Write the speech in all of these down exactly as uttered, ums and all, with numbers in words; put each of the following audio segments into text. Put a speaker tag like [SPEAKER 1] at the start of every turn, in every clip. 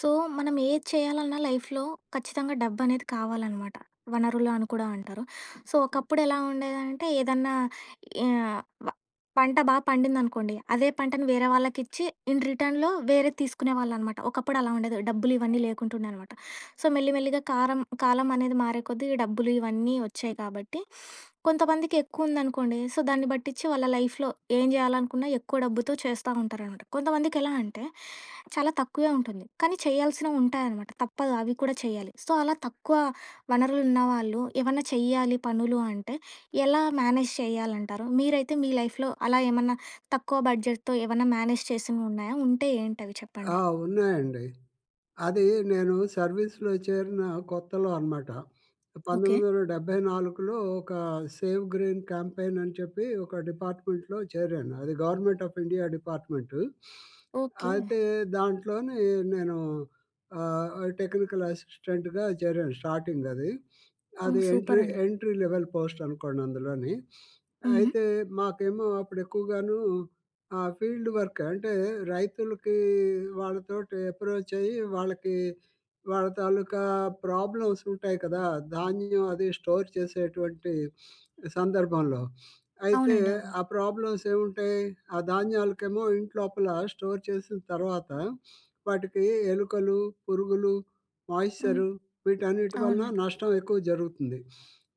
[SPEAKER 1] So, మనం ఏది చేయాలన్నా లైఫ్‌లో ఖచ్చితంగా డబ్బనేది కావాలనమాట. వనరులు అని కూడా అంటారు. సో, ఒకప్పుడు ఎలా ఉండేదంటే ఏదన్నా ఆహ్, వ పంట బా పండిందనుకోండి. అదే పంటని వేరే వాళ్ళకిచ్చి ఇన్ రిటర్న్‌లో వేరేది తీసుకునేవాళ్ళనమాట. ఒకప్పుడు అలా ఉండేది. డబ్బులు ఇవన్నీ లేకుంటుండే అనమాట. సో, మెల్లిమెల్లిగా కారం కాలం అనేది మారే కొద్దీ ఈ డబ్బులు ఇవన్నీ వచ్చాయి కాబట్టి, కొంతమందికి ఎక్కువుందనుకోండి, సో, దాన్ని బట్టిచ్చి వాళ్ళ లైఫ్‌లో ఏం జేయాలనుకున్నా ఎక్కువ డబ్బుతో చేస్తా ఉంటారనమాట. కొంతమందికెలా అంటే, చాలా తక్కువే ఉంటుంది, కానీ చేయాల్సినవుంటాయనమాట. తప్పదు అవి కూడా చేయాలి. సో, అలా తక్కువ వనరులున్న వాళ్ళు ఏమన్నా చెయ్యాలి పనులు అంటే, ఎలా మేనేజ్ చేయాలంటారు? మీరైతే మీ లైఫ్‌లో అలా ఏమన్నా తక్కువ బడ్జెట్‌తో ఏమన్నా మేనేజ్ చేసినవున్నాయా? ఉంటే ఏంటవి
[SPEAKER 2] ఆ!
[SPEAKER 1] చెప్పండి?
[SPEAKER 2] ఉన్నాయండి. అది నేను సర్వీస్‌లో చేరిన కొత్తలో అనమాట.
[SPEAKER 1] ఓకే.
[SPEAKER 2] పంతొమ్మిది వందల డెబ్బై నాలుగులో ఒక సేవ్ గ్రీన్ క్యాంపెయిన్ అని చెప్పి ఒక డిపార్ట్‌మెంట్‌లో చేరాను. అది government of India department.
[SPEAKER 1] Okay.
[SPEAKER 2] అయితే దాంట్లోని నేను ఆహ్, టెక్నికల్ అసిస్టెంట్‌గా చేరాను స్టార్టింగ్ అది.
[SPEAKER 1] హ్మ్.
[SPEAKER 2] అది ఎంట్రీ
[SPEAKER 1] సూపరండి.
[SPEAKER 2] ఎంట్రీ లెవెల్ పోస్ట్ అనుకోండి అందులోని.
[SPEAKER 1] హుహు.
[SPEAKER 2] అయితే మాకేమో అప్పుడు ఎక్కువగాను ఆహ్, ఫీల్డ్ వర్క్ అంటే రైతులకి వాళ్ళతోటి అప్రోచ్ అయ్యి వాళ్ళకి వాళ్ళ తాలూకా ప్రాబ్లమ్స్ ఉంటాయి కదా! ధాన్యం అది స్టోర్ చేసేటువంటి సందర్భంలో. అయితే
[SPEAKER 1] అవునండి. అవును.
[SPEAKER 2] ఆ ప్రాబ్లమ్స్ ఏముంటాయి? ఆ ధాన్యాలకేమో ఇంట్లోపల స్టోర్ చేసిన తర్వాత వాటికి ఎలుకలు, పురుగులు,
[SPEAKER 1] హ్మ్.
[SPEAKER 2] మాయిశ్చరు వీటన్నిటి వలన
[SPEAKER 1] అవునండి.
[SPEAKER 2] నష్టం ఎక్కువ జరుగుతుంది.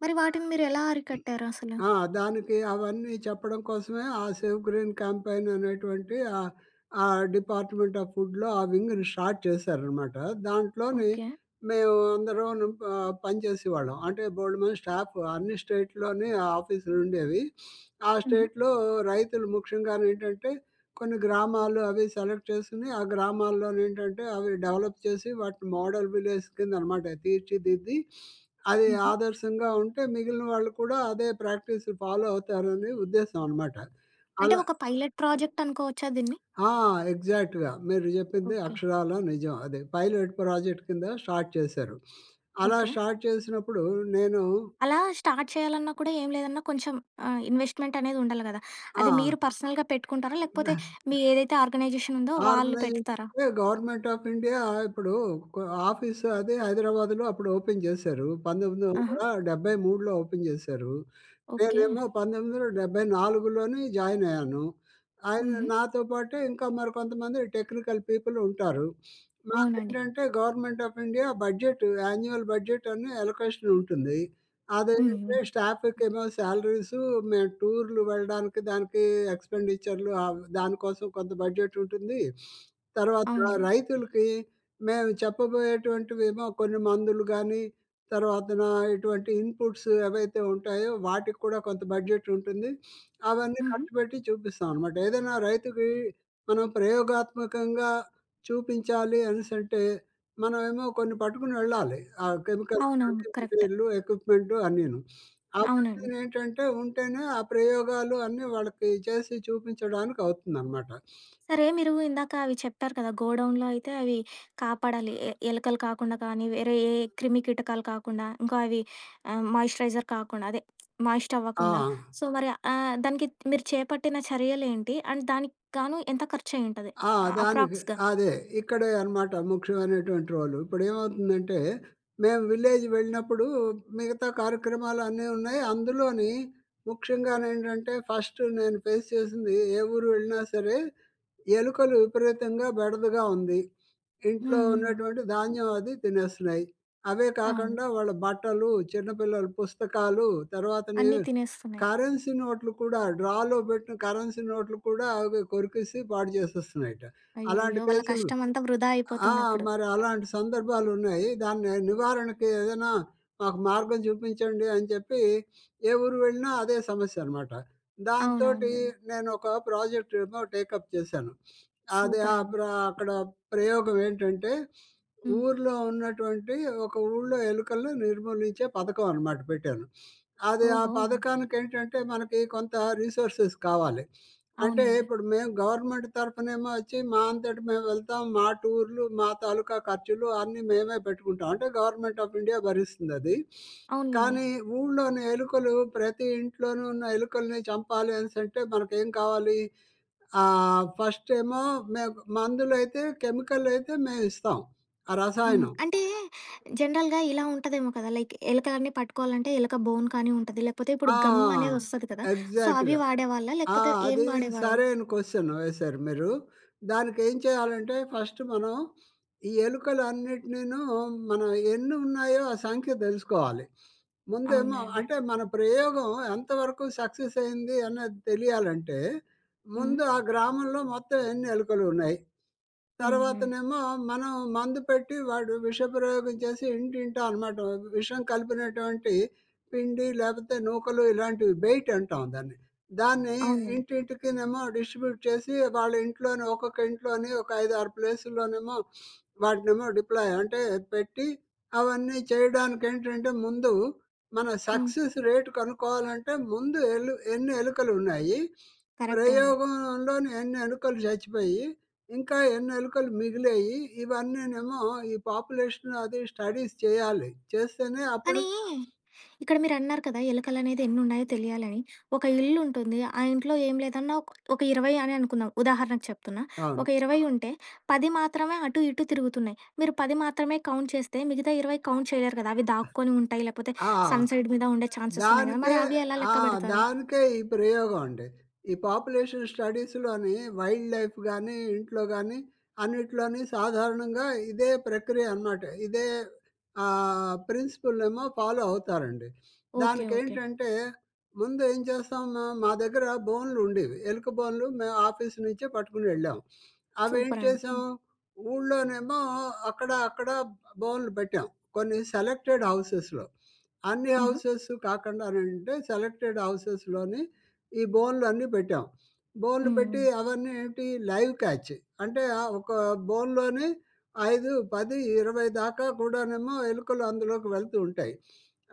[SPEAKER 1] మరి
[SPEAKER 2] ఆ!
[SPEAKER 1] వాటిని మీరెలా అరికట్టారు అసలు?
[SPEAKER 2] ఆ! దానికి అవన్నీ చెప్పడం కోసమే ఆ సేవ్ గ్రీన్ క్యాంపెయిన్ అనేటువంటి ఆహ్, ఆ డిపార్ట్‌మెంట్ ఆఫ్ ఫుడ్‌లో ఆ వింగ్‌ని స్టార్ట్ చేశారనమాట. దాంట్లోని
[SPEAKER 1] ఓకే.
[SPEAKER 2] మేము అందరూను ఆహ్, పనిచేసేవాళ్ళం. అంటే బోలెడన్ని స్టాఫ్ అన్ని స్టేట్‌లోని ఆఫీసులుండేవి. ఆ
[SPEAKER 1] హుహు.
[SPEAKER 2] స్టేట్‌లో రైతులు ముఖ్యంగానేంటంటే కొన్ని గ్రామాలు అవి సెలెక్ట్ చేసుకొని, ఆ గ్రామాల్లోనేంటంటే అవి డెవలప్ చేసి వాటిని మోడల్ విలేజ్ కిందనమాట తీర్చిదిద్ది అది
[SPEAKER 1] హుహు.
[SPEAKER 2] ఆదర్శంగా ఉంటే మిగిలిన వాళ్ళు కూడా అదే ప్రాక్టీసులు ఫాలో అవుతారని ఉద్దేశం అనమాట.
[SPEAKER 1] అంటే
[SPEAKER 2] అలా
[SPEAKER 1] ఒక పైలట్ ప్రాజెక్ట్ అనుకోవచ్చా దీన్ని?
[SPEAKER 2] ఆ! ఎగ్జాక్ట్‌గా. మీరు చెప్పింది
[SPEAKER 1] ఓకే.
[SPEAKER 2] అక్షరాల నిజం. అది పైలట్ ప్రాజెక్ట్ కింద స్టార్ట్ చేశారు. అలా
[SPEAKER 1] ఓకే.
[SPEAKER 2] స్టార్ట్ చేసినప్పుడు నేను
[SPEAKER 1] అలా స్టార్ట్ చేయాలన్నా కూడా ఏం లేదన్నా కొంచెం ఆహ్, ఇన్వెస్ట్‌మెంట్ అనేది ఉండాలి గదా!
[SPEAKER 2] ఆ!
[SPEAKER 1] అది మీరు పర్సనల్‌గా పెట్టుకుంటారా? లేకపోతే మీ ఏదైతే ఆర్గనైజేషన్ ఉందో వాళ్ళు
[SPEAKER 2] ఆర్గనైజేషన్
[SPEAKER 1] పెడతారా?
[SPEAKER 2] గవర్నమెంట్ ఆఫ్ ఇండియా ఇప్పుడు కొ- ఆఫీస్ అది హైదరాబాద్‌లో అప్పుడు ఓపెన్ చేశారు.
[SPEAKER 1] ఆహా!
[SPEAKER 2] పంతొమ్మిది వందల డెబ్బై మూడులో ఓపెన్ చేశారు.
[SPEAKER 1] ఓకే.
[SPEAKER 2] నేనేమో పంతొమ్మిది వందల డెబ్బై నాలుగులోని జాయిన్ అయ్యాను. ఆయన
[SPEAKER 1] హుహు.
[SPEAKER 2] నాతో పాటే ఇంకా మరి కొంతమంది టెక్నికల్ పీపుల్ ఉంటారు.
[SPEAKER 1] అవునండి.
[SPEAKER 2] మాకేంటంటే government of India budget annual budget అని అలొకేషన్ ఉంటుంది.
[SPEAKER 1] హ్మ్.
[SPEAKER 2] అదేంటంటే
[SPEAKER 1] హ్మ్.
[SPEAKER 2] స్టాఫ్‌కేమో సాలరీసు, మేము టూర్‌లు వెళ్ళడానికి దానికి ఎక్స్‌పెండిచర్‌లు ఆవ్ దానికోసం కొంత బడ్జెట్ ఉంటుంది. తర్వాత
[SPEAKER 1] అవునులే.
[SPEAKER 2] రైతులకి మేము చెప్పబోయేటువంటివేమో కొన్ని మందులు గానీ, తర్వాతన ఇటువంటి ఇన్‌పుట్స్ ఏవైతే ఉంటాయో వాటికి కూడా కొంత బడ్జెట్ ఉంటుంది. అవన్నీ
[SPEAKER 1] హుహు.
[SPEAKER 2] ఖర్చు పెట్టి చూపిస్తాం అనమాట. ఏదైనా రైతుకి మనం ప్రయోగాత్మకంగా చూపించాలి అనేసంటే మనమేమో కొన్ని పట్టుకుని వెళ్ళాలి. ఆ కెమికల్
[SPEAKER 1] అవునవును.
[SPEAKER 2] అదే
[SPEAKER 1] కరెక్టే.
[SPEAKER 2] మెటీరియల్లు, ఎక్విప్‌మెంటు అన్నీను.
[SPEAKER 1] అవునండి.
[SPEAKER 2] అవన్నీనేంటంటే ఉంటేనే ఆ ప్రయోగాలు అన్నీ వాళ్ళకి చేసి చూపించడానికవుతుందనమాట.
[SPEAKER 1] సరే మీరు ఇందాక అవి చెప్పారు కదా! గోడౌన్‌లో అయితే అవి కాపాడాలి. ఎ ఎలకలు కాకుండా కానీ, వేరే ఏ క్రిమి కీటకాలు కాకుండా, ఇంకా అవి ఆహ్, మాయిశ్చరైజర్ కాకుండా అదే మాయిస్ట్
[SPEAKER 2] ఆ!
[SPEAKER 1] అవ్వకుండా. సో, మరి ఆహ్, దానికి మీరు చేపట్టిన చర్యలేంటి? అండ్ దానికి గాను ఎంత ఖర్చయ్యుంటది?
[SPEAKER 2] ఆ!
[SPEAKER 1] ఆహ్,
[SPEAKER 2] దానికి
[SPEAKER 1] అప్రాక్స్‌గా?
[SPEAKER 2] అదే. ఇక్కడే అనమాట ముఖ్యమైనటువంటి రోలు. ఇప్పుడేమవుతుందంటే, మేము విలేజ్ వెళ్ళినప్పుడు మిగతా కార్యక్రమాలన్నీ ఉన్నాయి. అందులోని ముఖ్యంగానేంటంటే, ఫస్ట్ నేను ఫేస్ చేసింది ఏ ఊరు వెళ్ళినా సరే ఎలుకలు విపరీతంగా బెడదగా ఉంది. ఇంట్లో
[SPEAKER 1] హ్మ్. హ్మ్.
[SPEAKER 2] ఉన్నటువంటి ధాన్యం అది తినేస్తున్నాయి. అవే
[SPEAKER 1] అవును.
[SPEAKER 2] కాకుండా వాళ్ళ బట్టలు, చిన్న పిల్లల పుస్తకాలు, తర్వాతని
[SPEAKER 1] అన్నీ తినేస్తున్నాయి.
[SPEAKER 2] కరెన్సీ నోట్లు కూడా డ్రాలో పెట్టిన కరెన్సీ నోట్లు కూడా అవి కొరికేసి పాడు చేసేస్తున్నాయట. అలాంటి
[SPEAKER 1] అయ్యయ్యో! వాళ్ళ
[SPEAKER 2] కేసులు
[SPEAKER 1] కష్టమంతా వృధా
[SPEAKER 2] ఆ!
[SPEAKER 1] అయిపోతుందప్పుడు.
[SPEAKER 2] మరి అలాంటి సందర్భాలున్నాయి. దాన్ని నివారణకి ఏదైనా మాకు మార్గం చూపించండి అని చెప్పి ఏ ఊరు వెళ్ళినా అదే సమస్యనమాట. దాంతోటి
[SPEAKER 1] అవునవునులెండి.
[SPEAKER 2] నేనొక ప్రాజెక్ట్ ఏమో టేకప్ చేశాను. అది ఆ
[SPEAKER 1] సూపరండి.
[SPEAKER 2] ప్ర అక్కడ ప్రయోగం ఏంటంటే,
[SPEAKER 1] హ్మ్.
[SPEAKER 2] ఊర్లో ఉన్నటువంటి ఒక ఊళ్ళో ఎలుకలను నిర్మూలించే పథకం అనమాట పెట్టాను. అది ఆ
[SPEAKER 1] ఓహో!
[SPEAKER 2] పథకానికేంటంటే మనకి కొంత రిసోర్సెస్ కావాలి. అంటే
[SPEAKER 1] అవునండి.
[SPEAKER 2] ఇప్పుడు మేము గవర్నమెంట్ తరఫునేమో వచ్చి మా అంతట మేము వెళ్తాం. మా టూర్‌లు, మా తాలూకా ఖర్చులు అన్నీ మేమే పెట్టుకుంటాం. అంటే గవర్నమెంట్ ఆఫ్ ఇండియా భరిస్తుందది.
[SPEAKER 1] అవునులెండి.
[SPEAKER 2] కానీ ఊళ్ళోని ఎలుకలు ప్రతి ఇంట్లోనూ ఉన్న ఎలుకల్ని చంపాలి అనేసంటే మనకేం కావాలి? ఆహ్, ఫస్ట్ ఏమో మేము మందులైతే కెమికల్ అయితే మేమిస్తాం. ఆ
[SPEAKER 1] హ్మ్.
[SPEAKER 2] రసాయనం.
[SPEAKER 1] అంటే జనరల్‌గా ఇలా ఉంటదేమో కదా! లైక్ ఎలకలన్నీ పట్టుకోవాలంటే ఎలక బోన్ కానీ ఉంటది. లేకపోతే ఇప్పుడు గమ్ ఆ!
[SPEAKER 2] ఆ!
[SPEAKER 1] అనేదొస్తది కదా! సో, అవి
[SPEAKER 2] ఎగ్జాక్ట్‌గా.
[SPEAKER 1] వాడేవాళ్ళా?
[SPEAKER 2] ఆ!
[SPEAKER 1] లేకపోతే ఏం
[SPEAKER 2] అది
[SPEAKER 1] వాడేవారు?
[SPEAKER 2] సరైన క్వెషన్ వేశారు మీరు. దానికేం చేయాలంటే ఫస్ట్ మనం ఈ ఎలుకలన్నిటినీను మనం ఎన్నున్నాయో ఆ సంఖ్య తెలుసుకోవాలి. ముందేమో
[SPEAKER 1] అవునండి.
[SPEAKER 2] అంటే మన ప్రయోగం ఎంతవరకు సక్సెస్ అయింది అన్నది తెలియాలంటే
[SPEAKER 1] హ్మ్.
[SPEAKER 2] ముందు ఆ గ్రామంలో మొత్తం ఎన్ని ఎలుకలున్నాయి?
[SPEAKER 1] హ్మ్. హ్మ్.
[SPEAKER 2] తర్వాతనేమో మనం మందు పెట్టి వాడు విషప్రయోగం చేసి ఇంటింటా అనమాట విషం కలిపినటువంటి పిండి లేకపోతే నూకలు ఇలాంటివి బెయిట్ అంటాం దాన్ని. దాన్ని
[SPEAKER 1] అవునండి.
[SPEAKER 2] ఇంటింటికినేమో డిస్ట్రిబ్యూట్ చేసి వాళ్ళ ఇంట్లోనే ఒక్కొక్క ఇంట్లోని ఒక ఐదు, ఆరు ప్లేసుల్లోనేమో వాటినేమో డిప్లాయ్ అంటే పెట్టి అవన్నీ చేయడానికేంటంటే ముందు మన
[SPEAKER 1] హ్మ్.
[SPEAKER 2] సక్సెస్ రేట్ కనుక్కోవాలంటే ముందు ఎలు ఎన్ని ఎలుకలున్నాయి,
[SPEAKER 1] కరెక్టే అండి.
[SPEAKER 2] ప్రయోగంలోని ఎన్ని ఎలుకలు చచ్చిపోయి ఇంకా ఎన్నెలుకలు మిగిలాయి. ఇవన్నీనేమో ఈ పాపులేషన్ అది స్టడీస్ చేయాలి. చేస్తేనే
[SPEAKER 1] కానీ
[SPEAKER 2] అప్పుడు
[SPEAKER 1] ఇక్కడ మీరన్నారు కదా! ఎలుకలనేది ఎన్నున్నాయో తెలియాలని. ఒక ఇల్లుంటుంది. ఆ ఇంట్లో ఏం లేదన్నా ఒక ఒక ఇరవై అని అనుకుందాం. ఉదాహరణకు చెప్తున్నా. ఒక
[SPEAKER 2] అవును.
[SPEAKER 1] ఇరవై ఉంటే పది మాత్రమే అటు ఇటు తిరుగుతున్నాయి. మీరు పది మాత్రమే కౌంట్ చేస్తే మిగతా ఇరవై కౌంట్ చేయలేరు కదా! అవి దాక్కొని ఉంటాయి. లేకపోతే
[SPEAKER 2] ఆ!
[SPEAKER 1] సన్ సైడ్ మీద ఉండే ఛాన్సెస్ ఉన్నాయి కదా!
[SPEAKER 2] దానికే
[SPEAKER 1] మరి అవి ఎలా
[SPEAKER 2] ఆ!
[SPEAKER 1] లెక్క బెడతారు?
[SPEAKER 2] దానికే ఈ ప్రయోగం అండి. ఈ పాపులేషన్ స్టడీస్‌లోని వైల్డ్ లైఫ్ గాని, ఇంట్లో గాని అన్నిట్లోని సాధారణంగా ఇదే ప్రక్రియ అనమాట. ఇదే ఆహ్, ప్రిన్సిపులేమో ఫాలో అవుతారండి.
[SPEAKER 1] ఓకే. ఓకే.
[SPEAKER 2] దానికేంటంటే ముందు ఏం చేస్తాం మేము మా దగ్గర బోనులు ఉండేవి. ఎలుక బోనులు మేము ఆఫీస్ నుంచే పట్టుకుని వెళ్ళాం. అవేం
[SPEAKER 1] సూపరండి.
[SPEAKER 2] చేసాం
[SPEAKER 1] హ్మ్.
[SPEAKER 2] ఊళ్ళోనేమో అక్కడ, అక్కడ బోనులు పెట్టాం. కొన్ని సెలెక్టెడ్ హౌసెస్‌లో. అన్ని
[SPEAKER 1] హుహు.
[SPEAKER 2] హౌసెస్ కాకుండానంటే సెలెక్టెడ్ హౌసెస్‌లోని ఈ బోనులన్నీ పెట్టాం. బోనులు
[SPEAKER 1] హ్మ్.
[SPEAKER 2] పెట్టి
[SPEAKER 1] హ్మ్.
[SPEAKER 2] అవన్నీ ఏంటి లైవ్ క్యాచ్. అంటే ఆహ్, ఒక బోనులోని ఐదు, పది, ఇరవై దాకా కూడానేమో ఎలుకలు అందులోకి వెళ్తూ ఉంటాయి.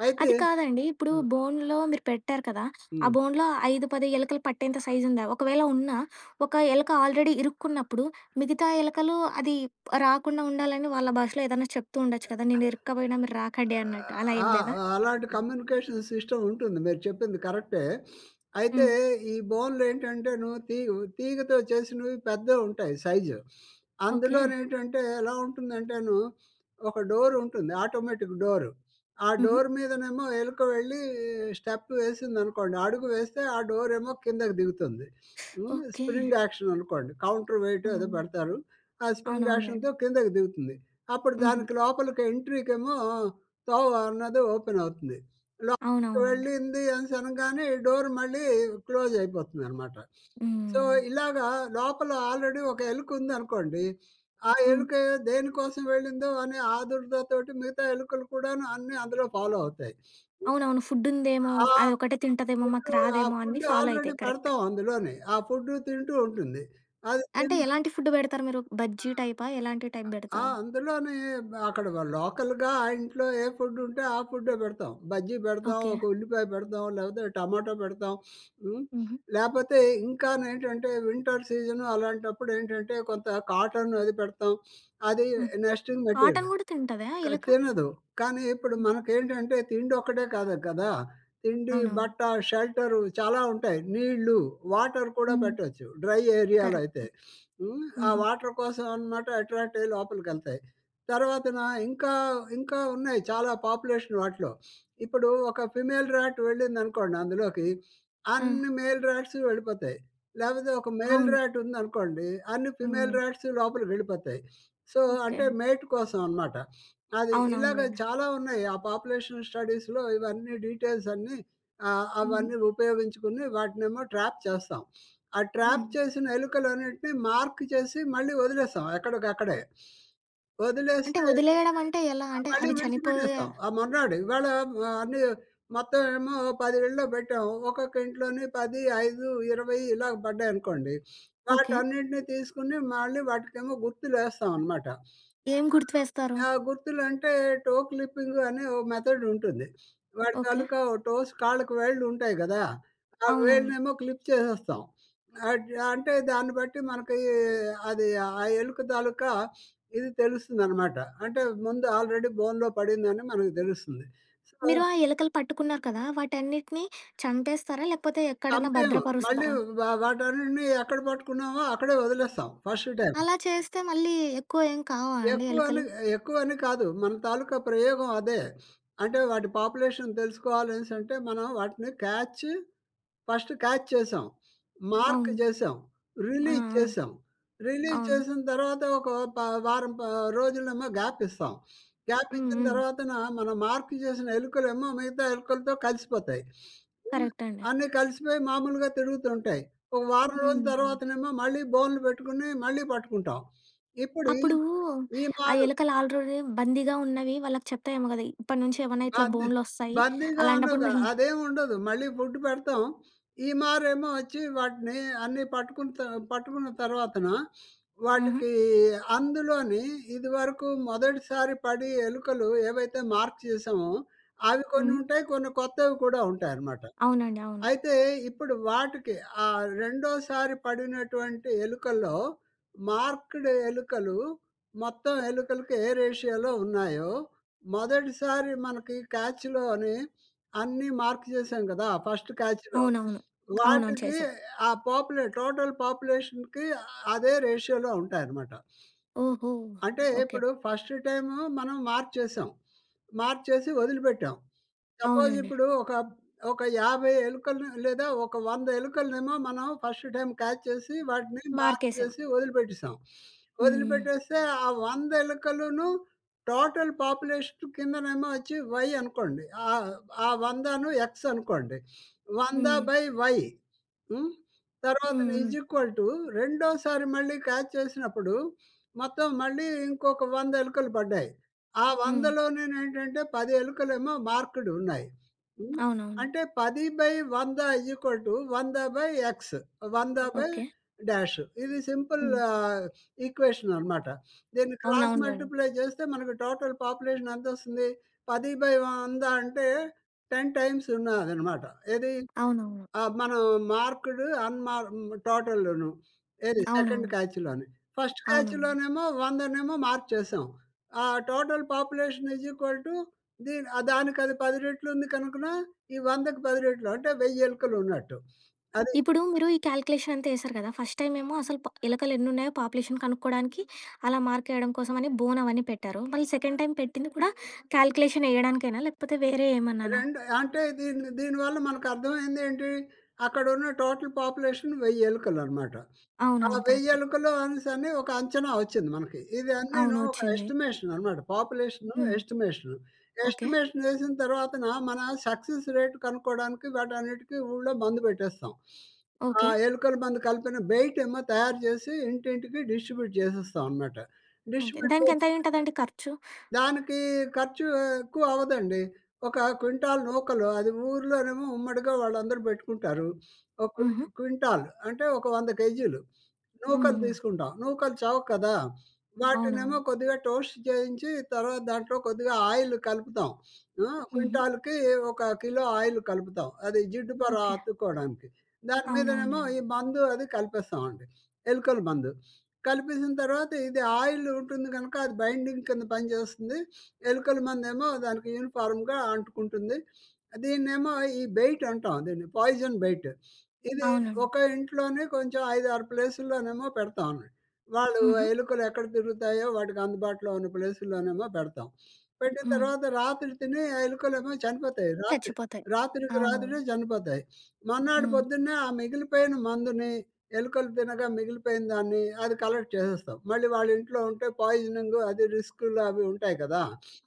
[SPEAKER 2] అయితే
[SPEAKER 1] అది కాదండి. ఇప్పుడు
[SPEAKER 2] హ్మ్.
[SPEAKER 1] బోనులో మీరు పెట్టారు కదా! ఆ
[SPEAKER 2] హ్మ్.
[SPEAKER 1] బోనులో ఐదు, పది ఎలుకలు పట్టేంత సైజ్ ఉందా? ఒకవేళ ఉన్నా, ఒక ఎలక ఆల్రెడీ ఇరుక్కున్నప్పుడు, మిగతా ఎలకలు అది రాకుండా ఉండాలని వాళ్ళ భాషలో ఏదన్నా చెప్తూ ఉండొచ్చు కదా! నేను ఇరుక్కపోయినా మీరు రాకండి అన్నట్టు. అలా
[SPEAKER 2] ఆ!
[SPEAKER 1] ఏం లేదా?
[SPEAKER 2] ఆ! అలాంటి కమ్యూనికేషన్ సిస్టమ్ ఉంటుంది. మీరు చెప్పింది కరెక్టే. అయితే
[SPEAKER 1] హ్మ్.
[SPEAKER 2] ఈ బౌన్‌లేంటంటేను తీ తీగతో చేసినవి పెద్దవుంటాయి సైజు.
[SPEAKER 1] ఓకే.
[SPEAKER 2] అందులోనేంటంటే ఎలా ఉంటుందంటేను ఒక డోరుంటుంది. Automatic door. ఆ
[SPEAKER 1] హుహు.
[SPEAKER 2] డోర్ మీదనేమో ఎలుక వెళ్ళి స్టెప్ వేసిందనుకోండి, అడుగు వేస్తే ఆ డోరేమో కిందకి దిగుతుంది. హ్మ్.
[SPEAKER 1] ఓకే.
[SPEAKER 2] స్ప్రింగ్ యాక్షన్ అనుకోండి. కౌంటర్
[SPEAKER 1] ఆ!
[SPEAKER 2] వెయిటో ఏదో పెడతారు. ఆ స్ప్రింగ్
[SPEAKER 1] అవునవునులెండి.
[SPEAKER 2] యాక్షన్‌తో కిందకి దిగుతుంది. అప్పుడు
[SPEAKER 1] హుహు.
[SPEAKER 2] దానికి లోపలికి ఎంట్రీకేమో తోవ అన్నది ఓపెన్ అవుతుంది. లోపలికి
[SPEAKER 1] అవునవునండి.
[SPEAKER 2] వెళ్ళింది అనేసి అనంగానే ఈ డోర్ మళ్ళీ క్లోజ్ అయిపోతుందనమాట. సో,
[SPEAKER 1] హ్మ్.
[SPEAKER 2] ఇలాగా లోపల ఆల్రెడీ ఒక ఎలుక ఉందనుకోండి. ఆ
[SPEAKER 1] హ్మ్.
[SPEAKER 2] ఎలుక దేనికోసం వెళ్ళిందో అనే ఆదుర్దాతోటి మిగతా ఎలుకలు కూడాను అన్నీ అందులో ఫాలో అవుతాయి.
[SPEAKER 1] అవునవును. ఫుడ్ ఉందేమో,
[SPEAKER 2] ఆ
[SPEAKER 1] అదొకటే తింటదేమో, మాకు
[SPEAKER 2] ఫుడ్డు ఆ
[SPEAKER 1] రాదేమో అన్నీ
[SPEAKER 2] ఫుడ్
[SPEAKER 1] ఫాలో
[SPEAKER 2] ఆల్రెడీ
[SPEAKER 1] అయితాయి. కరెక్ట్.
[SPEAKER 2] పెడతాం అందులోనే. ఆ ఫుడ్డు తింటూ ఉంటుంది. అది
[SPEAKER 1] అంటే
[SPEAKER 2] తిని
[SPEAKER 1] ఎలాంటి ఫుడ్ బెడతారు మీరు? బజ్జీ టైపా? ఎలాంటి టైప్
[SPEAKER 2] ఆ!
[SPEAKER 1] బెడతారు?
[SPEAKER 2] అందులోని అక్కడ లోకల్‌గా ఆ ఇంట్లో ఏ ఫుడ్ ఉంటే ఆ ఫుడ్డే పెడతాం. బజ్జీ పెడతాం,
[SPEAKER 1] ఓకే.
[SPEAKER 2] ఒక ఉల్లిపాయ పెడతాం, లేకపోతే టమాటో పెడతాం. హ్మ్.
[SPEAKER 1] హుహు.
[SPEAKER 2] లేపోతే ఇంకానేంటంటే వింటర్ సీజను అలాంటప్పుడేంటంటే కొంత కాటన్ అది పెడతాం. అది
[SPEAKER 1] హుహు.
[SPEAKER 2] Nesting material.
[SPEAKER 1] కాటన్ గూడా తింటదా
[SPEAKER 2] క
[SPEAKER 1] ఎలక?
[SPEAKER 2] తినదు. కానీ ఇప్పుడు
[SPEAKER 1] హుహు.
[SPEAKER 2] మనకేంటంటే తిండొక్కటే కాదు కదా! తిండి,
[SPEAKER 1] అవునవును.
[SPEAKER 2] బట్ట, షెల్టరు చాలా ఉంటాయి. నీళ్ళు, వాటర్ కూడా
[SPEAKER 1] హ్మ్.
[SPEAKER 2] పెట్టొచ్చు. డ్రై ఏరియాలో
[SPEAKER 1] కరెక్ట్.
[SPEAKER 2] అయితే. హ్మ్. ఆ
[SPEAKER 1] హుహు.
[SPEAKER 2] వాటర్ కోసం అనమాట అట్రాక్ట్ అయ్యి లోపలికెళ్తాయి. తర్వాతన ఇంకా, ఇంకా ఉన్నాయి చాలా పాపులేషన్ వాటిలో. ఇప్పుడు ఒక ఫీమేల్ రాట్ వెళ్ళిందనుకోండి అందులోకి,
[SPEAKER 1] ఆ!
[SPEAKER 2] అన్ని మేల్ రాట్స్ వెళ్ళిపోతాయి. లేకపోతే ఒక మేల్
[SPEAKER 1] అవును.
[SPEAKER 2] రాట్ ఉందనుకోండి, అన్ని ఫీమేల్
[SPEAKER 1] హ్మ్.
[SPEAKER 2] రాట్స్ లోపలికెళ్ళిపోతాయి. So,
[SPEAKER 1] okay.
[SPEAKER 2] అంటే మేట్ కోసం అనమాట. అది ఇలాగ
[SPEAKER 1] అవునవునులెండి.
[SPEAKER 2] చాలా ఉన్నాయి. ఆ పాపులేషన్ స్టడీస్‌లో ఇవన్నీ డీటెయిల్స్ అన్నీ ఆహ్,
[SPEAKER 1] హుహు.
[SPEAKER 2] అవన్నీ ఉపయోగించుకుని వాటినేమో ట్రాప్ చేస్తాం. ఆ ట్రాప్
[SPEAKER 1] హ్మ్.
[SPEAKER 2] చేసిన ఎలుకలన్నిటిని మార్క్ చేసి మళ్ళీ వదిలేస్తాం ఎక్కడికక్కడే.
[SPEAKER 1] అంటే
[SPEAKER 2] వదిలేస్తే
[SPEAKER 1] వదిలేయడం అంటే ఎలా?
[SPEAKER 2] ఆహ్,
[SPEAKER 1] అంటే
[SPEAKER 2] మళ్ళీ
[SPEAKER 1] అవి చనిపోయే
[SPEAKER 2] విడిచిపెట్టేస్తాం. ఆ మర్నాడు ఇవాళ మ అన్నీ మొత్తం ఏమో పది ఇళ్ళలో పెట్టాం. ఒక్కొక్క ఇంట్లోని పది, ఐదు, ఇరవై ఇలా పడ్డాయనుకోండి.
[SPEAKER 1] ఓకే.
[SPEAKER 2] వాటన్నిటిని తీసుకొని మళ్ళీ వాటికేమో గుర్తులేస్తామనమాట.
[SPEAKER 1] ఏం గుర్తువేస్తారు?
[SPEAKER 2] ఆ! గుర్తులంటే టో క్లిప్పింగ్ అనే ఓ మెథడ్ ఉంటుంది. వాడి
[SPEAKER 1] ఓకే.
[SPEAKER 2] తాలూకా ఓ టోస్ కాళ్ళకి వేళ్ళు ఉంటాయి గదా! ఆ
[SPEAKER 1] అవునవును.
[SPEAKER 2] వేళ్ళనేమో క్లిప్ చేసేస్తాం. అట్ అంటే దాన్ని బట్టి మనకి అది ఆ ఎలుక తాలూకా ఇది తెలుస్తుందనమాట. అంటే ముందు ఆల్రెడీ బోన్‌లో పడిందని మనకు తెలుస్తుంది. సో,
[SPEAKER 1] మీరు ఆ ఎలకలు పట్టుకున్నారు కదా! వాటన్నిటిని చంపేస్తారా? లేకపోతే ఎక్కడన్నా
[SPEAKER 2] చంపేయము. మళ్ళీ
[SPEAKER 1] భద్రపరుస్తారా?
[SPEAKER 2] వ వాటన్నిటిని ఎక్కడ పట్టుకున్నామో అక్కడే వదిలేస్తాం ఫస్ట్ టైమ్.
[SPEAKER 1] అలా చేస్తే మళ్ళీ ఎక్కువ ఏం కావా అండి
[SPEAKER 2] ఎక్కువ అని
[SPEAKER 1] ఎలకలు?
[SPEAKER 2] ఎక్కువ అని కాదు. మన తాలూకా ప్రయోగం అదే. అంటే వాటి పాపులేషన్ తెలుసుకోవాలనేసంటే, మనం వాటిని క్యాచ్ ఫస్ట్ క్యాచ్ చేసాం. మార్క్
[SPEAKER 1] అవును.
[SPEAKER 2] చేసాం.
[SPEAKER 1] ఆ!
[SPEAKER 2] రిలీజ్
[SPEAKER 1] ఆ!
[SPEAKER 2] చేసాం. రిలీజ్
[SPEAKER 1] అవును.
[SPEAKER 2] చేసిన తర్వాత ఒక ప వారం ప రోజులేమో గ్యాప్ ఇస్తాం. గ్యాప్
[SPEAKER 1] హ్మ్.
[SPEAKER 2] ఇచ్చిన
[SPEAKER 1] హ్మ్.
[SPEAKER 2] తర్వాతన మనం మార్క్ చేసిన ఎలుకలేమో మిగతా ఎలుకలతో కలిసిపోతాయి. హ్మ్.
[SPEAKER 1] కరెక్ట్ అండి.
[SPEAKER 2] అన్నీ కలిసిపోయి మామూలుగా తిరుగుతుంటాయి. ఒక వారం రోజుల
[SPEAKER 1] హ్మ్.
[SPEAKER 2] తర్వాతనేమో మళ్ళీ బోన్లు పెట్టుకొని మళ్ళీ పట్టుకుంటాం. ఇప్పుడు ఈ
[SPEAKER 1] అప్పుడు
[SPEAKER 2] ఈ
[SPEAKER 1] ఆ
[SPEAKER 2] మారు
[SPEAKER 1] ఎలుకలు ఆల్రెడీ బందీగా ఉన్నవి వాళ్ళకి చెప్తాయేమో కదా! ఇప్పటి నుంచి ఏమన్నా ఇట్లా
[SPEAKER 2] బద్దీ
[SPEAKER 1] బోనులొస్తాయి.
[SPEAKER 2] బద్దీగా
[SPEAKER 1] అలాంటప్పుడు
[SPEAKER 2] అనుగా
[SPEAKER 1] మీరు
[SPEAKER 2] అదేం ఉండదు. అదేముండదు. మళ్ళీ ఫుడ్ పెడతాం. ఈ మారేమో వచ్చి వాటిని అన్నీ పట్టుకున్న త పట్టుకున్న తర్వాతన
[SPEAKER 1] హుహు.
[SPEAKER 2] వాటికి అందులోని ఇదివరకు మొదటిసారి పడి ఎలుకలు ఏవైతే మార్క్ చేసామో అవి కొన్ని
[SPEAKER 1] హ్మ్.
[SPEAKER 2] ఉంటాయి. కొన్ని కొత్తవి కూడా ఉంటాయన్నమాట.
[SPEAKER 1] అవునండి. అవును.
[SPEAKER 2] అయితే ఇప్పుడు వాటికి ఆ రెండోసారి పడినటువంటి ఎలుకల్లో మార్క్డ్ ఎలుకలు మొత్తం ఎలుకలకి ఏ రేషియోలో ఉన్నాయో మొదటిసారి మనకి క్యాచ్‌లో అని అన్నీ మార్క్ చేసాం కదా! ఫస్ట్ క్యాచ్‌లో.
[SPEAKER 1] అవునవును. అవునవును.
[SPEAKER 2] వాటికి
[SPEAKER 1] చేశాం.
[SPEAKER 2] ఆ పాపులే టోటల్ పాపులేషన్‌కి అదే రేషియోలో ఉంటాయన్నమాట.
[SPEAKER 1] ఓహో!
[SPEAKER 2] అంటే
[SPEAKER 1] ఓకే.
[SPEAKER 2] ఇప్పుడు ఫస్ట్ టైము మనం మార్క్ చేసాం. మార్క్ చేసి వదిలిపెట్టాం. సపోజ్
[SPEAKER 1] అవునండి.
[SPEAKER 2] ఇప్పుడు ఒక ఒక యాభై ఎలుకలను లేదా ఒక వంద ఎలుకలనేమో మనం ఫస్ట్ టైమ్ క్యాచ్ చేసి వాటిని మార్క్
[SPEAKER 1] మార్కేసాం.
[SPEAKER 2] చేసి వదిలిపెట్టేసాం.
[SPEAKER 1] హ్మ్.
[SPEAKER 2] వదిలిపెట్టేస్తే ఆ వంద ఎలుకలును టోటల్ పాపులేషన్ కిందనేమో వచ్చి వై అనుకోండి. ఆహ్, ఆ 100ను ఎక్స్ అనుకోండి.
[SPEAKER 1] హ్మ్.
[SPEAKER 2] వంద/వై హ్మ్.
[SPEAKER 1] హ్మ్.
[SPEAKER 2] తర్వాతన
[SPEAKER 1] హ్మ్.
[SPEAKER 2] ఈజ్ ఈక్వల్ టు రెండోసారి మళ్ళీ క్యాచ్ చేసినప్పుడు మొత్తం మళ్ళీ ఇంకొక వంద ఎలుకలు పడ్డాయి. ఆ
[SPEAKER 1] హ్మ్.
[SPEAKER 2] 100లోనేంటంటే పది ఎలుకలేమో మార్క్‌డ్ ఉన్నాయి. హ్మ్.
[SPEAKER 1] అవునవును.
[SPEAKER 2] అంటే పది బై వంద వంద/x
[SPEAKER 1] ఓకే.
[SPEAKER 2] వంద/డాష్ ఇది సింపుల్
[SPEAKER 1] హ్మ్.
[SPEAKER 2] ఆహ్, ఈక్వేషన్ అనమాట. దీన్ని క్రాస్
[SPEAKER 1] అవునవునులెండి.
[SPEAKER 2] మల్టిప్లై చేస్తే మనకు టోటల్ పాపులేషన్ ఎంతొస్తుంది? పది బై వంద అంటే పది టైమ్స్ ఉన్నదనమాట. ఏది?
[SPEAKER 1] అవునవును.
[SPEAKER 2] ఆ! మనం మార్క్‌డ్, అన్‌మార్ టోటల్‌ను. ఏది సెకండ్
[SPEAKER 1] అవునవును.
[SPEAKER 2] క్యాచ్‌లోని. ఫస్ట్
[SPEAKER 1] అవునవును.
[SPEAKER 2] క్యాచ్‌లోనేమో 100నేమో మార్క్ చేసాం. ఆ total population is equal to దీని ఆ దానికి అది పది రెట్లు ఉంది కనుకన ఈ 100కి పది రెట్లు అంటే వెయ్యి ఎలుకలు ఉన్నట్టు. అది
[SPEAKER 1] ఇప్పుడు మీరు ఈ క్యాలిక్యులేషన్ అంతా ఏశారు కదా! ఫస్ట్ టైమేమో అసలు ప ఎలకలు ఎన్నున్నాయో పాపులేషన్ కనుక్కోడానికి అలా మార్కేయడం కోసమని బోన్ అవన్నీ పెట్టారు. మళ్ళీ సెకండ్ టైమ్ పెట్టింది కూడా క్యాలిక్యులేషన్ ఎయడానికేనా? లేకపోతే వేరే ఏమన్నానా?
[SPEAKER 2] రెండు అంటే దీని దీనివల్ల మనకు అర్థమైందేంటి? అక్కడున్న టోటల్ పాపులేషన్ వెయ్యి ఎలుకలనమాట. ఆ
[SPEAKER 1] అవునవును.
[SPEAKER 2] వెయ్యి
[SPEAKER 1] కరెక్ట్.
[SPEAKER 2] ఎలుకలు అనేసని ఒక అంచనా వచ్చింది మనకి. ఇది అన్నీను
[SPEAKER 1] అవును.
[SPEAKER 2] ఒక
[SPEAKER 1] వచ్చింది.
[SPEAKER 2] ఎస్టిమేషన్ అన్నమాట. పాపులేషను
[SPEAKER 1] హ్మ్.
[SPEAKER 2] ఎస్టిమేషను.
[SPEAKER 1] ఓకే.
[SPEAKER 2] ఎస్టిమేషన్ వేసిన తర్వాతన మన సక్సెస్ రేట్ కనుక్కోవడానికి వాటన్నిటికి ఊళ్ళో మందు పెట్టేస్తాం. ఆ
[SPEAKER 1] ఓకే.
[SPEAKER 2] ఎలుకల మందు కలిపిన బెయిట్ ఏమో తయారు చేసి ఇంటింటికి డిస్ట్రిబ్యూట్ చేసేస్తాం అన్నమాట.
[SPEAKER 1] ఓకే.
[SPEAKER 2] డిస్ట్రిబ్యూట్ చేసి
[SPEAKER 1] దానికెంత అయ్యుంటదండి ఖర్చు?
[SPEAKER 2] దానికి ఖర్చు ఎక్కువ అవ్వదండి. ఒక క్వింటాల్ నూకలు అది ఊర్లోనేమో ఉమ్మడిగా వాళ్ళందరూ పెట్టుకుంటారు. ఒక
[SPEAKER 1] హుహు.
[SPEAKER 2] క్విన్ క్వింటాల్ అంటే ఒక వంద కేజీలు.
[SPEAKER 1] హ్మ్.
[SPEAKER 2] నూకలు
[SPEAKER 1] హ్మ్.
[SPEAKER 2] తీసుకుంటాం. నూకలు చవక కదా! వాటినేమో
[SPEAKER 1] అవునవును.
[SPEAKER 2] కొద్దిగా టోస్ట్ చేయించి తర్వాత దాంట్లో కొద్దిగా ఆయిల్ కలుపుతాం. ఆ!
[SPEAKER 1] హుహు.
[SPEAKER 2] క్వింటాల్‌కి ఒక కిలో ఆయిల్ కలుపుతాం. అది జిడ్డుపర
[SPEAKER 1] ఓకే.
[SPEAKER 2] అతుక్కోవడానికి. దాని మీదనేమో
[SPEAKER 1] అవునవునులెండి.
[SPEAKER 2] ఈ మందు అది కలిపేస్తామండి. ఎలుకల మందు. కలిపేసిన తర్వాత ఇది ఆయిల్ ఉంటుంది గనుక అది బైండింగ్ కింద పనిచేస్తుంది. ఎలుకల మందేమో దానికి యూనిఫార్మ్‌గా అంటుకుంటుంది. దీన్నేమో ఈ బెయిట్ అంటాం. దీన్ని పాయిజన్ బెయిట్. ఇది
[SPEAKER 1] అవునండి.
[SPEAKER 2] ఒక ఇంట్లోనే కొంచెం ఐదు, ఆరు ప్లేసుల్లోనేమో పెడతామండి. వాళ్ళు
[SPEAKER 1] హుహు.
[SPEAKER 2] ఎలుకలు ఎక్కడ తిరుగుతాయో వాటికి అందుబాటులో ఉన్న ప్లేసుల్లోనేమో పెడతాం. పెట్టిన
[SPEAKER 1] హ్మ్.
[SPEAKER 2] తర్వాత రాత్రి తిని ఆ ఎలుకలేమో చనిపోతాయి. రాత్రి
[SPEAKER 1] చచ్చిపోతాయి.
[SPEAKER 2] రాత్రికి రాత్రే
[SPEAKER 1] అవునవును.
[SPEAKER 2] చనిపోతాయి. మర్నాడు
[SPEAKER 1] హ్మ్.
[SPEAKER 2] పొద్దున్నే ఆ మిగిలిపోయిన మందుని ఎలుకలు తినగా మిగిలిపోయిన దాన్ని అది కలెక్ట్ చేసేస్తాం. మళ్ళీ వాళ్ళ ఇంట్లో ఉంటే పాయిజనింగ్ అది రిస్కులు అవి ఉంటాయి కదా!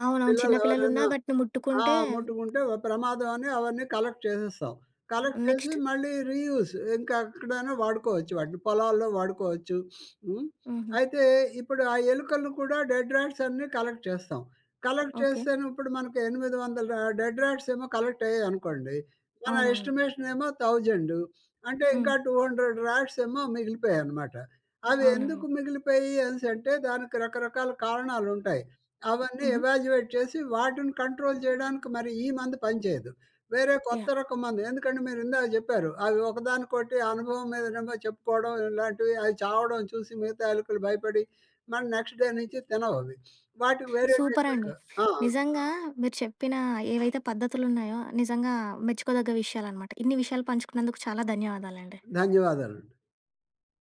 [SPEAKER 1] అవునవును. చిన్న
[SPEAKER 2] పిల్లలు
[SPEAKER 1] పిల్లలున్నా
[SPEAKER 2] ఎవరైనా
[SPEAKER 1] వాటిని
[SPEAKER 2] ఆ!
[SPEAKER 1] ముట్టుకుంటే
[SPEAKER 2] ముట్టుకుంటే వ ప్రమాదం అని అవన్నీ కలెక్ట్ చేసేస్తాం. కలెక్ట్ చేసి
[SPEAKER 1] నెక్స్ట్?
[SPEAKER 2] మళ్ళీ రీయూజ్ ఇంకా ఎక్కడైనా వాడుకోవచ్చు వాటిని. పొలాల్లో వాడుకోవచ్చు. హ్మ్.
[SPEAKER 1] హుహు.
[SPEAKER 2] అయితే ఇప్పుడు ఆ ఎలుకలను కూడా డెడ్ రాట్స్ అన్నీ కలెక్ట్ చేస్తాం. Collect
[SPEAKER 1] okay.
[SPEAKER 2] చేస్తేను ఇప్పుడు మనకి ఎనిమిది వందల డెడ్ రాట్స్ ఏమో కలెక్ట్ అయ్యాయనుకోండి. మన
[SPEAKER 1] అవునవును.
[SPEAKER 2] ఎస్టిమేషన్ ఏమో వెయ్యి అంటే
[SPEAKER 1] హ్మ్.
[SPEAKER 2] ఇంకా రెండు వందల రాట్స్ ఏమో మిగిలిపోయాయన్నమాట. అవి
[SPEAKER 1] అవునవును.
[SPEAKER 2] ఎందుకు మిగిలిపోయాయి అనేసి అంటే దానికి రకరకాల కారణాలుంటాయి. అవన్నీ
[SPEAKER 1] హుహు.
[SPEAKER 2] ఎవాల్యుయేట్ చేసి వాటిని కంట్రోల్ చేయడానికి మరి ఈ మందు పనిచేయదు. వేరే కొత్త
[SPEAKER 1] యాహ్!
[SPEAKER 2] రకం మందు. ఎందుకంటే మీరు ఇందాక చెప్పారు. అవి ఒకదానికొకటి అనుభవం మీదనేమో చెప్పుకోవడం ఇలాంటివి అవి చావడం చూసి మిగతా ఎలుకలు భయపడి మరి నెక్స్ట్ డే నుంచి తినవవి. వాటికి వేరే
[SPEAKER 1] సూపరండి.
[SPEAKER 2] టెక్నిక్ ఆ!
[SPEAKER 1] నిజంగా మీరు చెప్పిన ఏవైతే పద్ధతులున్నాయో నిజంగా మెచ్చుకోదగ్గ విషయాలనమాట. ఇన్ని విషయాలు పంచుకున్నందుకు చాలా ధన్యవాదాలండి.
[SPEAKER 2] ధన్యవాదాలండి.